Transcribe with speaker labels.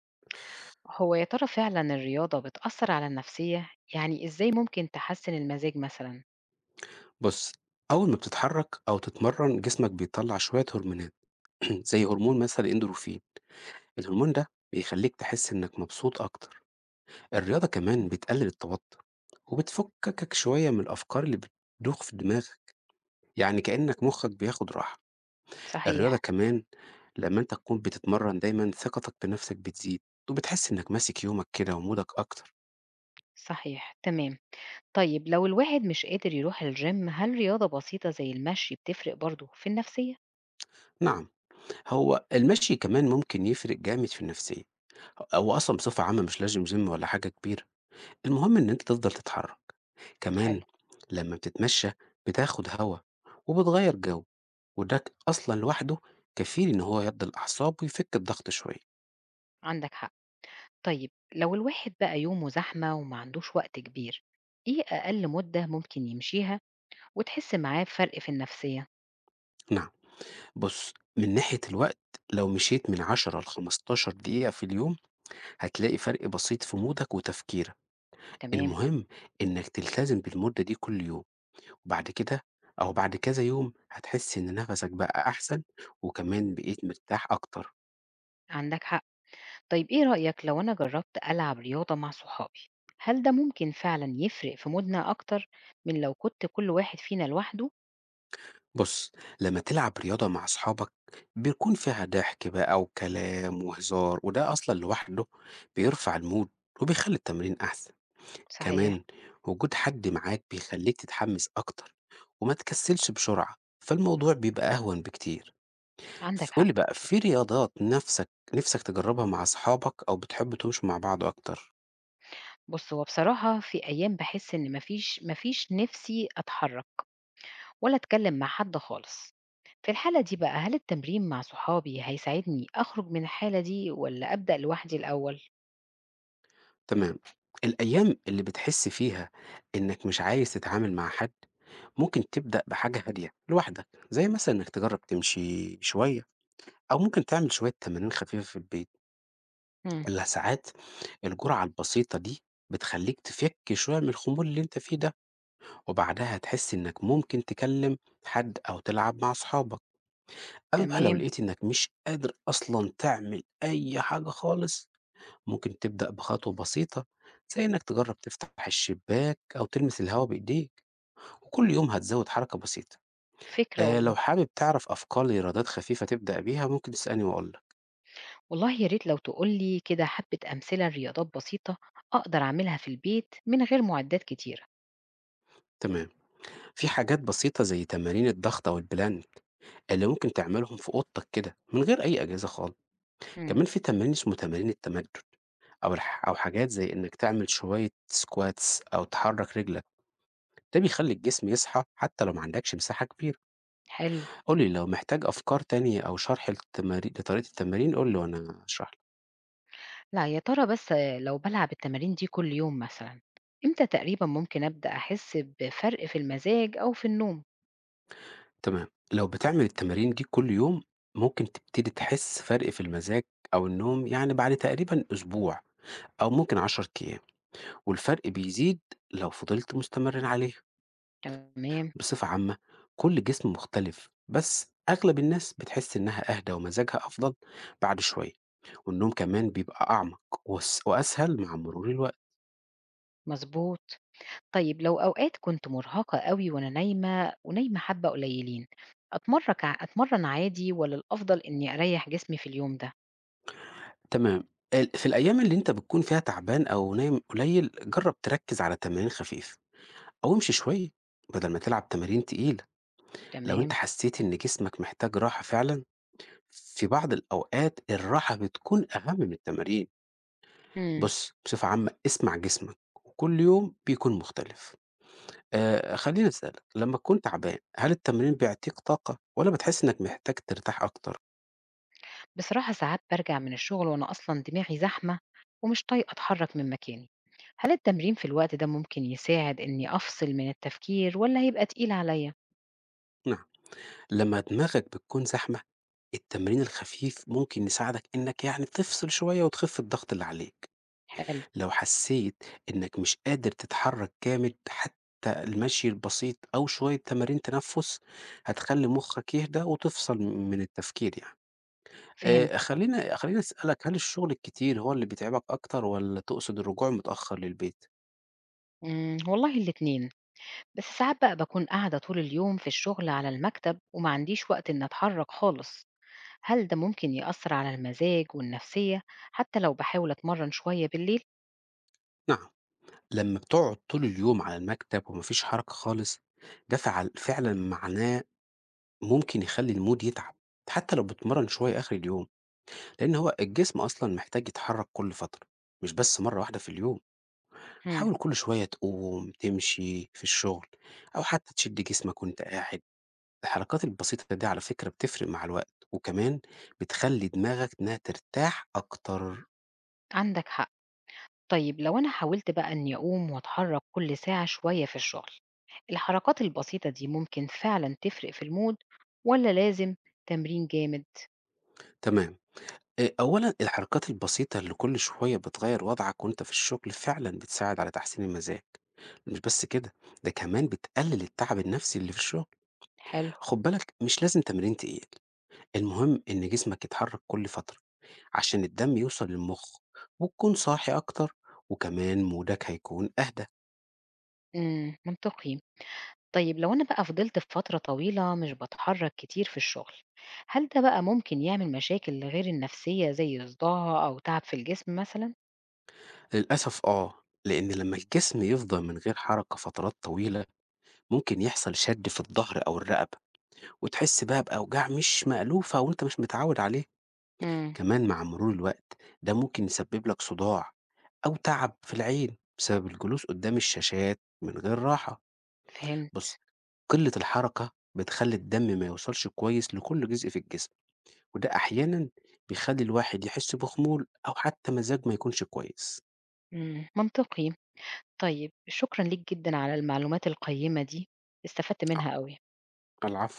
Speaker 1: هو يا ترى فعلا الرياضة بتأثر على النفسية؟ يعني إزاي ممكن تحسن المزاج مثلا؟
Speaker 2: بُص، أول ما بتتحرك أو تتمرن جسمك بيطلّع شوية هرمونات زي هرمون مثلًا الإندروفين. الهرمون ده بيخلّيك تحس إنك مبسوط أكتر، الرياضة
Speaker 1: مم.
Speaker 2: كمان بتقلل التوتر، وبتفكّكك شوية من الأفكار اللي بتدوخ في دماغك، يعني كإنك مخك بياخد راحة. الرياضة
Speaker 1: صحيح.
Speaker 2: كمان لمّا أنت تكون بتتمرن دايمًا ثقتك بنفسك بتزيد، وبتحس إنك ماسك يومك كده ومودك أكتر.
Speaker 1: صحيح تمام. طيب لو الواحد مش قادر يروح الجيم هل رياضة بسيطة زي المشي بتفرق برضه في النفسية؟
Speaker 2: نعم، هو المشي كمان ممكن يفرق جامد في النفسية، هو أصلًا بصفة عامة مش لازم gym ولا حاجة كبيرة. المهم إن أنت تفضل تتحرك،
Speaker 1: حلو.
Speaker 2: كمان لمّا بتتمشى بتاخد هوا وبتغيّر جو، وده ك أصلًا لوحده كفيل إن هو يهدّي الأعصاب ويفك الضغط شوية.
Speaker 1: عندك حق. طيب لو الواحد بقى يومه زحمة وما عندوش وقت كبير، إيه أقل مدة ممكن يمشيها وتحس معاه بفرق في النفسية؟
Speaker 2: نعم، بُص من ناحية الوقت لو مشيت من 10 ل15 دقيقة في اليوم هتلاقي فرق بسيط في مودك وتفكيرك.
Speaker 1: تمام.
Speaker 2: المهم إنك تلتزم بالمدة دي كل يوم، وبعد كده أو بعد كذا يوم هتحس إن نفسك بقى أحسن وكمان بقيت مرتاح أكتر.
Speaker 1: عندك حق. طيب إيه رأيك لو أنا جربت ألعب رياضة مع صحابي؟ هل ده ممكن فعلا يفرق في مودنا أكتر من لو كنت كل واحد فينا لوحده؟
Speaker 2: بُص، لمّا تلعب رياضة مع أصحابك بيكون فيها ضحك بقى وكلام وهزار، وده أصلًا لوحده بيرفع المود وبيخلّي التمرين أحسن.
Speaker 1: صحيح.
Speaker 2: كمان وجود حد معاك بيخلّيك تتحمس أكتر وما تكسّلش بسرعة، فالموضوع بيبقى أهون بكتير. ف
Speaker 1: عندك
Speaker 2: قُل
Speaker 1: حق.
Speaker 2: لي بقى في رياضات نفسك نِفْسك تجرّبها مع أصحابك أو بتحبّوا تمشوا مع بعض أكتر؟
Speaker 1: بص، هو بصراحة في أيام بحس إن مفيش نفسي أتحرك ولا أتكلم مع حد خالص. في الحالة دي بقى هل التمرين مع صحابي هيساعدني أخرج من الحالة دي ولا أبدأ لوحدي الأول؟
Speaker 2: تمام، الأيام اللي بتحس فيها إنّك مش عايز تتعامل مع حد ممكن تبدأ بحاجة هادية لوحدك زي مثلا إنك تجرب تمشي شوية أو ممكن تعمل شوية تمارين خفيفة في البيت.
Speaker 1: مم.
Speaker 2: اللي ساعات الجرعة البسيطة دي بتخليك تفك شوية من الخمول اللي أنت فيه ده، وبعدها هتحس إنك ممكن تكلم حد أو تلعب مع أصحابك. أما بقى لو
Speaker 1: تمام.
Speaker 2: لقيت إنك مش قادر أصلا تعمل أي حاجة خالص ممكن تبدأ بخطوة بسيطة زي إنك تجرب تفتح الشباك أو تلمس الهواء بإيديك، وكل يوم هتزود حركة بسيطة.
Speaker 1: فكرة والله.
Speaker 2: لو حابب تعرف أفكار لإيرادات خفيفة تبدأ بيها، ممكن تسألني وأقول لك.
Speaker 1: والله يا ريت لو تقولي كده حبة أمثلة لرياضات بسيطة أقدر أعملها في البيت من غير معدات كتيرة.
Speaker 2: تمام. في حاجات بسيطة زي تمارين الضغط أو البلانك اللي ممكن تعملهم في أوضتك كده من غير أي أجهزة خالص. كمان
Speaker 1: امم
Speaker 2: في تمارين اسمه تمارين التمدد أو الح أو حاجات زي إنك تعمل شوية squats أو تحرك رجلك، ده بيخلي الجسم يصحى حتى لو ما عندكش مساحة كبيرة.
Speaker 1: حلو.
Speaker 2: قُل لي لو محتاج أفكار تانية أو شرح للتمارين لطريقة التمارين قُل لي وأنا أشرح لك.
Speaker 1: لا، يا ترى بس لو بلعب التمارين دي كل يوم مثلا إمتى تقريبا ممكن أبدأ أحس بفرق في المزاج أو في النوم؟
Speaker 2: تمام. لو بتعمل التمارين دي كل يوم، ممكن تبتدي تحس فرق في المزاج أو النوم يعني بعد تقريبًا أسبوع أو ممكن 10 أيام، والفرق بيزيد لو فضلت مستمر عليه.
Speaker 1: تمام.
Speaker 2: بصفة عامة، كل جسم مختلف، بس أغلب الناس بتحس إنها أهدى ومزاجها أفضل بعد شوية، والنوم كمان بيبقى أعمق وأس وأسهل مع مرور الوقت.
Speaker 1: مظبوط. طيب لو أوقات كنت مرهقة قوي وأنا نايمة ونايمة حبة قليلين، أتمرن عادي ولا الأفضل إني أريح جسمي في اليوم ده؟
Speaker 2: تمام. ال في الأيام اللي أنت بتكون فيها تعبان أو نايم قليل، جرب تركز على تمارين خفيفة. أو امشي شوية بدل ما تلعب تمارين تقيلة. لو أنت
Speaker 1: تمام.
Speaker 2: حسيت إن جسمك محتاج راحة فعلًا، في بعض الأوقات الراحة بتكون أهم من التمارين.
Speaker 1: مم.
Speaker 2: بُص بصفة عامة اسمع جسمك وكل يوم بيكون مختلف. خلّيني أسألك لمّا تكون تعبان هل التمرين بيعطيك طاقة والّا بتحس إنك محتاج ترتاح أكتر؟
Speaker 1: بصراحة ساعات برجع من الشغل وأنا أصلا دماغي زحمة ومش طايقة أتحرك من مكاني. هل التمرين في الوقت ده ممكن يساعد إني أفصل من التفكير ولا هيبقى تقيل عليا؟
Speaker 2: نعم، لمّا دماغك بتكون زحمة التمرين الخفيف ممكن يساعدك إنك يعني تفصل شوية وتخف الضغط اللي عليك.
Speaker 1: حلو.
Speaker 2: لو حسيت إنك مش قادر تتحرك جامد حتى المشي البسيط أو شوية تمارين تنفس هتخلي مخك يهدى وتفصل من التفكير يعني.
Speaker 1: فهمت.
Speaker 2: آه، خلينا أسألك هل الشغل الكتير هو اللي بيتعبك أكتر ولا تقصد الرجوع متأخر للبيت؟
Speaker 1: مم. والله الاتنين. بس ساعات بقى بكون قاعدة طول اليوم في الشغل على المكتب وما عنديش وقت إن أتحرك خالص. هل ده ممكن يأثر على المزاج والنفسية حتى لو بحاول أتمرن شوية بالليل؟
Speaker 2: نعم، لما بتقعد طول اليوم على المكتب ومفيش حركة خالص ده فعلا معناه ممكن يخلي المود يتعب حتى لو بتمرن شوية آخر اليوم، لأن هو الجسم أصلا محتاج يتحرك كل فترة مش بس مرة واحدة في اليوم.
Speaker 1: مم.
Speaker 2: حاول كل شوية تقوم، تمشي في الشغل، أو حتى تشد جسمك وأنت قاعد. الحركات البسيطة دي على فكرة بتفرق مع الوقت، وكمان بتخلي دماغك إنها ترتاح أكتر.
Speaker 1: عندك حق. طيب لو أنا حاولت بقى إني أقوم وأتحرك كل ساعة شوية في الشغل، الحركات البسيطة دي ممكن فعلا تفرق في المود ولا لازم تمرين جامد؟
Speaker 2: تمام، أولًا الحركات البسيطة اللي كل شوية بتغير وضعك وأنت في الشغل فعلًا بتساعد على تحسين المزاج. مش بس كده، ده كمان بتقلل التعب النفسي اللي في الشغل.
Speaker 1: حلو،
Speaker 2: خد بالك مش لازم تمرين تقيل، المهم إن جسمك يتحرك كل فترة. عشان الدم يوصل للمخ وتكون صاحي أكتر وكمان مودك هيكون أهدى.
Speaker 1: منطقي. طيب لو أنا بقى فضلت في فترة طويلة مش بتحرك كتير في الشغل، هل ده بقى ممكن يعمل مشاكل غير النفسية زي صداع أو تعب في الجسم مثلا؟
Speaker 2: للأسف آه، لأن لما الجسم يفضل من غير حركة فترات طويلة ممكن يحصل شد في الظهر أو الرقبة وتحس بقى بأوجاع مش مألوفة وأنت مش متعود عليه.
Speaker 1: امم
Speaker 2: كمان مع مرور الوقت ده ممكن يسبب لك صداع أو تعب في العين بسبب الجلوس قدام الشاشات من غير راحة. بص
Speaker 1: فهمت.
Speaker 2: قلة الحركة بتخلي الدم ما يوصلش كويس لكل جزء في الجسم، وده أحيانًا بيخلّي الواحد يحس بخمول أو حتى مزاج ما يكونش كويس.
Speaker 1: منطقي. طيب شكرا ليك جدا على المعلومات القيمة دي، استفدت منها أوي.
Speaker 2: أ العفو.